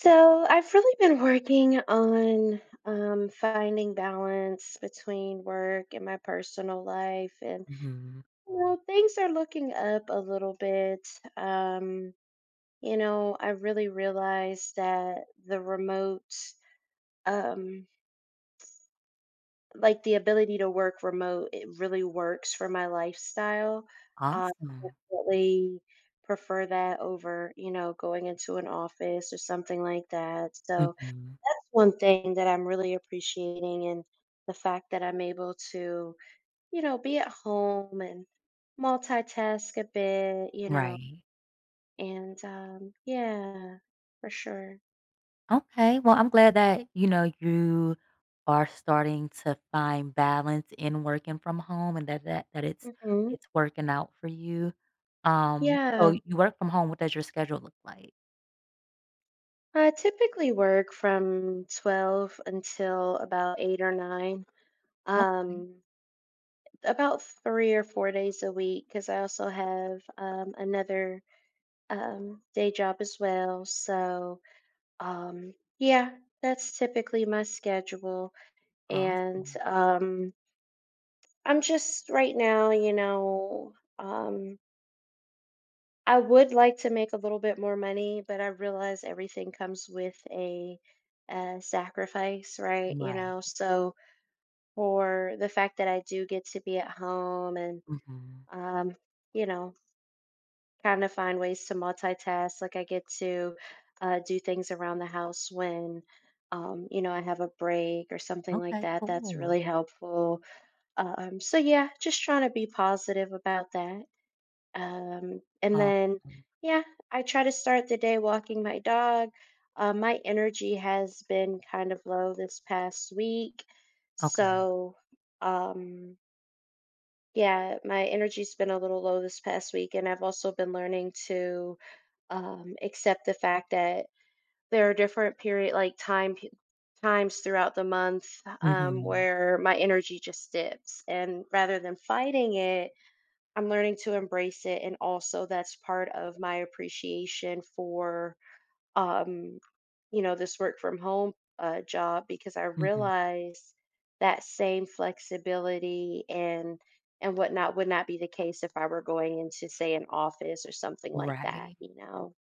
So I've really been working on finding balance between work and my personal life, and Mhm. you know things are looking up a little bit. Um, I really realized that the remote, um, like the ability to work remote, it really works for my lifestyle. I Awesome. definitely prefer that over, you know, going into an office or something like that. So Mhm. that's one thing that I'm really appreciating and the fact that I'm able to, you know, be at home and multitask a bit, you know, Right. and Yeah, for sure. Okay. Well, I'm glad that, you know, you are starting to find balance in working from home and that it's Hmm. it's working out for you. So Yeah, you work from home. What does your schedule look like? I typically work from 12 until about 8 or 9. Okay. Um, about 3 or 4 days a week because I also have another day job as well. So, yeah, that's typically my schedule. And Awesome. I'm just right now, um, I would like to make a little bit more money, but I realize everything comes with a sacrifice, right? You Right. know, so for the fact that I do get to be at home and, Hmm. um, you know, kind of find ways to multitask. Like I get to do things around the house when you know, I have a break or something like Okay, that. That's cool. really helpful. So yeah, just trying to be positive about that. Um, and then, Awesome. yeah, I try to start the day walking my dog. My energy has been kind of low this past week. Okay. So, um, yeah, my energy's been a little low this past week, and I've also been learning to except the fact that there are different period like time pe- times throughout the month Hmm. where my energy just dips, and rather than fighting it, I'm learning to embrace it. And also, that's part of my appreciation for um, this work from home job, because I Hmm. realize that same flexibility and whatnot would not be the case if I were going into, say, an office or something like that, Right. you know.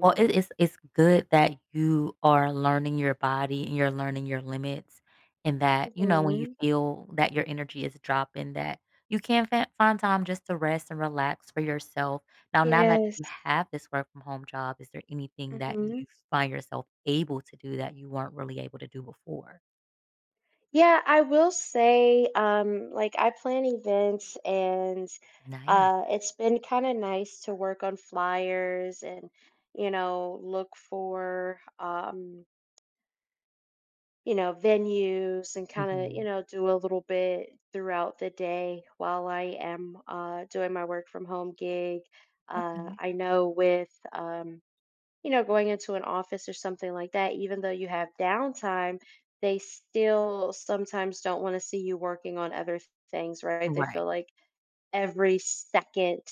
Well, it's good that you are learning your body and you're learning your limits and that, you know, when you Mhm. feel that your energy is dropping, that you can find time just to rest and relax for yourself. Now that you Yes. have this work from home job, is there anything that you Mhm. find yourself able to do that you weren't really able to do before? Yeah, I will say, like, I plan events and Nice. It's been kind of nice to work on flyers and, you know, look for you know, venues and kind of, Hmm. you know, do a little bit throughout the day while I am doing my work from home gig. Okay. I know with you know, going into an office or something like that, even though you have downtime, they still sometimes don't want to see you working on other things, right? They feel Right. like every second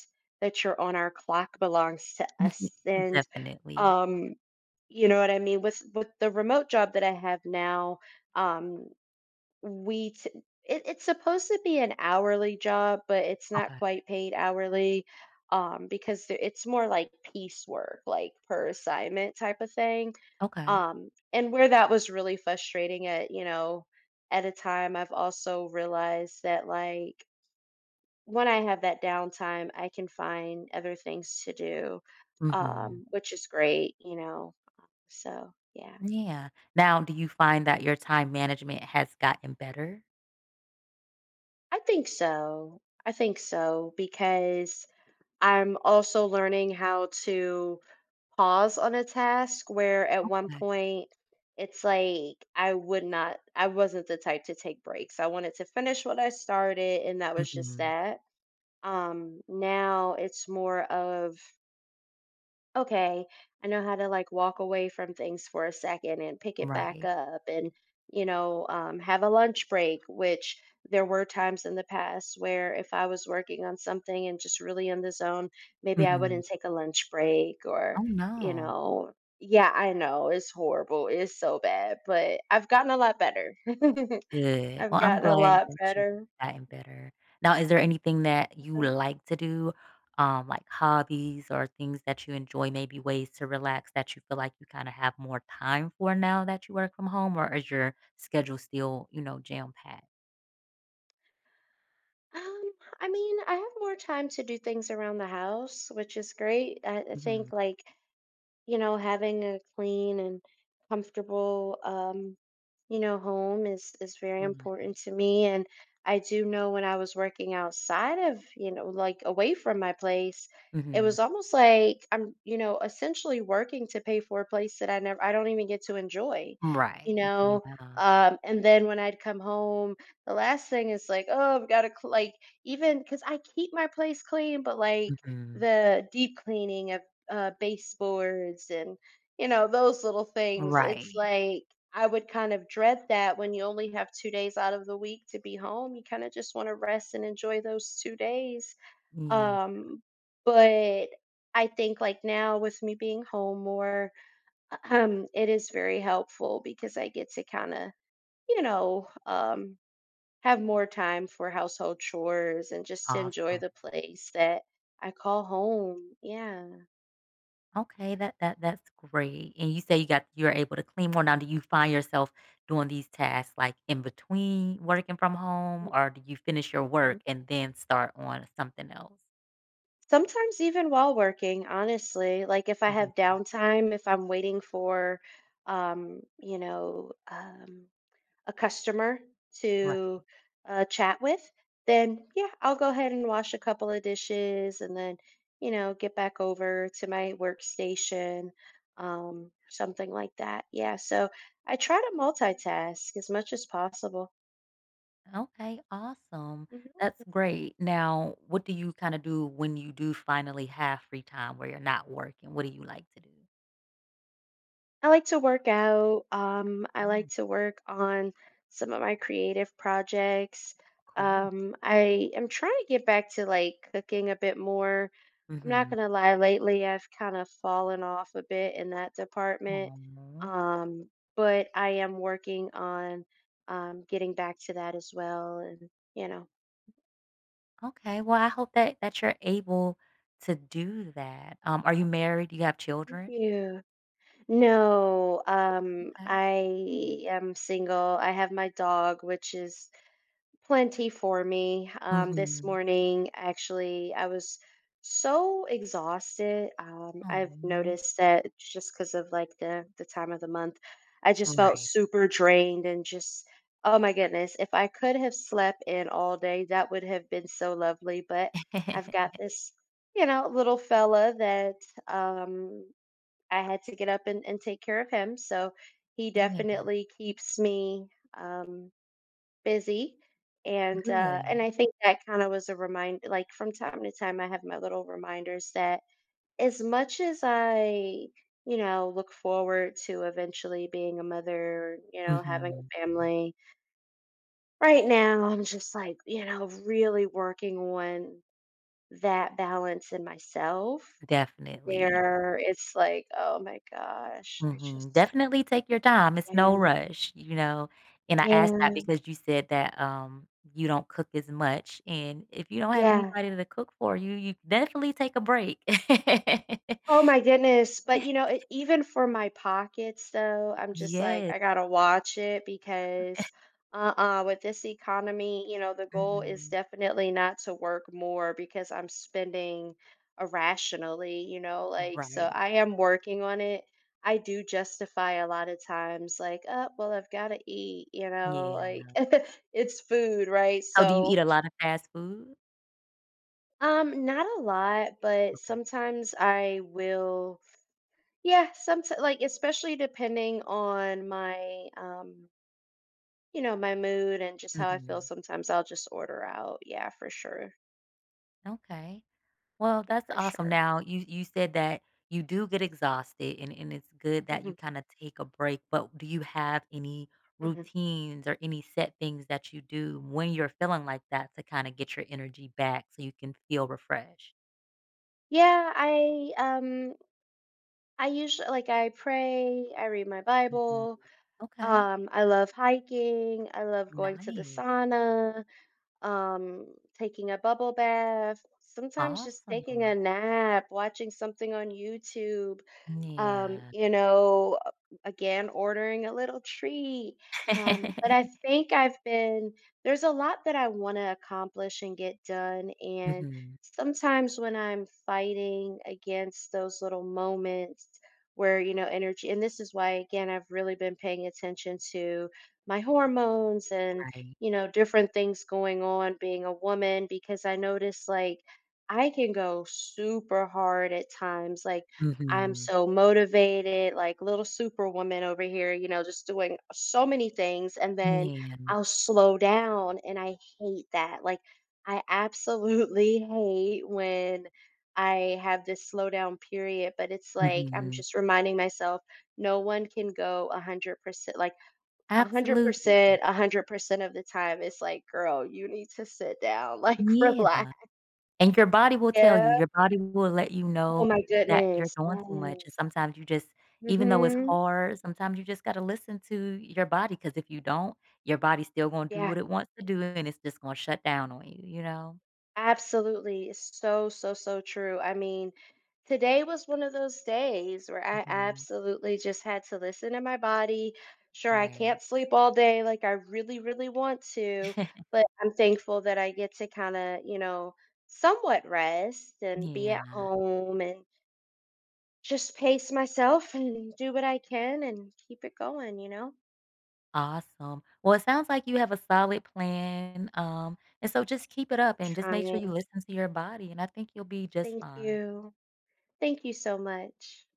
that you're on our clock belongs to us. And Definitely. um, you know what I mean? With the remote job that I have now, um, we t it, it's supposed to be an hourly job, but it's not Okay. quite paid hourly, it's more like piecework, like per assignment type of thing. Okay. And where that was really frustrating at, you know, at a time, I've also realized that, like, when I have that downtime, I can find other things to do, Hmm. Which is great, you know. So, yeah, Yeah. Now do you find that your time management has gotten better? I think so. I think so, because I'm also learning how to pause on a task where at one Okay. point it's like I would not, I wasn't the type to take breaks. I wanted to finish what I started, and that was just Mhm. that. Now it's more of, okay, I know how to, like, walk away from things for a second and pick it back Right. up, and have a lunch break. Which there were times in the past where, if I was working on something and just really in the zone, maybe I Mhm. wouldn't take a lunch break. Or, Oh, you no. know, yeah, I know it's horrible. It's so bad, but I've gotten a lot better. Good. I've Well, I'm gotten a glad lot that you've better. gotten better. Now is there anything that you So, like to do, like hobbies or things that you enjoy, maybe ways to relax that you feel like you kinda have more time for now that you work from home, or is your schedule still, you know, jam-packed? Um, I mean, I have more time to do things around the house, which is great. I Mhm. think, like, you know, having a clean and comfortable, you know, home is very Right. important to me. And I do know when I was working outside of, you know, like, away from my place, it Mhm. was almost like I'm, you know, essentially working to pay for a place that I don't even get to enjoy, you Right. know. Yeah. And then when I'd come home, the last thing is like, oh, I've got to, like, even because I keep my place clean, but, like, Mhm. the deep cleaning of baseboards and, you know, those little things. It's Right. like, I would kind of dread that when you only have 2 days out of the week to be home. You kind of just want to rest and enjoy those 2 days. Yeah, Um, but I think, like, now with me being home more, it is very helpful because I get to kind of, you know, have more time for household chores and just to enjoy awesome. the place that I call home. Yeah. Okay, that's great. And you say you're able to clean more now. Do you find yourself doing these tasks like in between working from home, or do you finish your Mm-hmm. work and then start on something else? Sometimes even while working, honestly, like, if I Mhm. have downtime, if I'm waiting for, um, you know, um, a customer Right. to, chat with, then, yeah, I'll go ahead and wash a couple of dishes, and then, you know, get back over to my workstation, something like that. Yeah, so I try to multitask as much as possible. Okay, awesome. That's great. Now, what do you kind of do when you do finally have free time where you're not working? What do you like to do? I like to work out. I like Oh, to work on some of my creative projects. cool. I am trying to get back to, like, cooking a bit more. I'm not Mm-hmm. gonna lie, lately I've kind of fallen off a bit in that department. Um, but I am working on getting back to that as well. And, you know, Okay. Well, I hope that you're able to do that. Are you married? Do you have thank children? you. No, Okay. I am single. I have my dog, which is plenty for me. This Mhm. morning, actually, I was so exhausted. I've Oh, noticed that just because of, like, the time of the month, I just felt right. super drained. And just, oh my goodness, if I could have slept in all day, that would have been so lovely. But I've got this, you know, little fella that um, I had to get up and take care of him. So he Yeah, definitely keeps me. Um, Busy, and good. I think that kinda was a reminder. Like, from time to time, I have my little reminders that as much as I, you know, look forward to eventually being a mother, you know, having Mhm. a family, right now, I'm just, like, you know, really working on that balance in myself, Definitely. where it's like, "Oh my gosh, I Mhm. just." Definitely take your time. It's no Yeah, rush, you know, and I asked that yeah, because you said that, you don't cook as much, and if you don't have yeah. anybody to cook for you, you definitely take a break. Oh my goodness. But, you know, it, even for my pockets though, I'm just like, Yes. I gotta watch it because, uh-uh, with this economy, you know, the goal is Mhm. definitely not to work more because I'm spending irrationally, you know, like, so Right. I am working on it. I do justify a lot of times, like, oh, well, I've gotta eat, you know, Yeah. like, it's food, right? Oh, do you eat So a lot of fast food? Not a lot, but Okay. sometimes I will, yeah, someti like, especially depending on my, you know, my mood and just how I feel, Mhm. sometimes I'll just order out. Yeah, for sure, Okay. Well, that's for awesome. sure. Now, you said that you do get exhausted, and it's good that you Mhm, kinda take a break, but do you have any mhm. routines or any set things that you do when you're feeling like that to kinda get your energy back so you can feel refreshed? Yeah, I usually, like, I pray, I read my Mhm. Bible. Okay. I love hiking. I love going to the Nice. sauna, um, taking a bubble bath, sometimes just taking a Awesome. nap, watching something on YouTube. um, Yeah. you know, uh, Again, ordering a little treat. But I think I've been, There's a lot that I want to accomplish and get done. And Mhm. sometimes when I'm fighting against those little moments where, you know, energy, and this is why, again, I've really been paying attention to my hormones and, Right. you know, different things going on being a woman, because I notice, like, I can go super hard at times. Like, I'm Mhm. so motivated, like little superwoman over here, you know, just doing so many things. And then Yeah. I'll slow down. And I hate that. Like, I absolutely hate when I have this slow down period, but it's like I'm Mhm. just reminding myself no one can go 100%, like Absolutely. 100%, a 100% of the time. It's like, girl, you need to sit down, like, Yeah, relax. and your body will tell you, Yeah. your body will let you Oh know my that you're goodness. doing too much, and Yes. sometimes you just even though it's Mm-hmm. hard, sometimes you just gotta listen to your body. Because if you don't, your body's still gonna do Yeah. what it wants to do, and it's just gonna shut down on you, you know? Absolutely. It's so, so, so true. I mean, today was one of those days where I Mhm, absolutely just had to listen to my body. Sure, I right. can't sleep all day like I really, really want to, but I'm thankful that I get to kind of, you know, somewhat rest and be Yeah, at home and just pace myself and do what I can and keep it going, you know? awesome. Well, it sounds like you have a solid plan, and so just keep it up and just make sure you Trying. listen to your body, and I think you'll be just Thank fine. you. Thank you so much.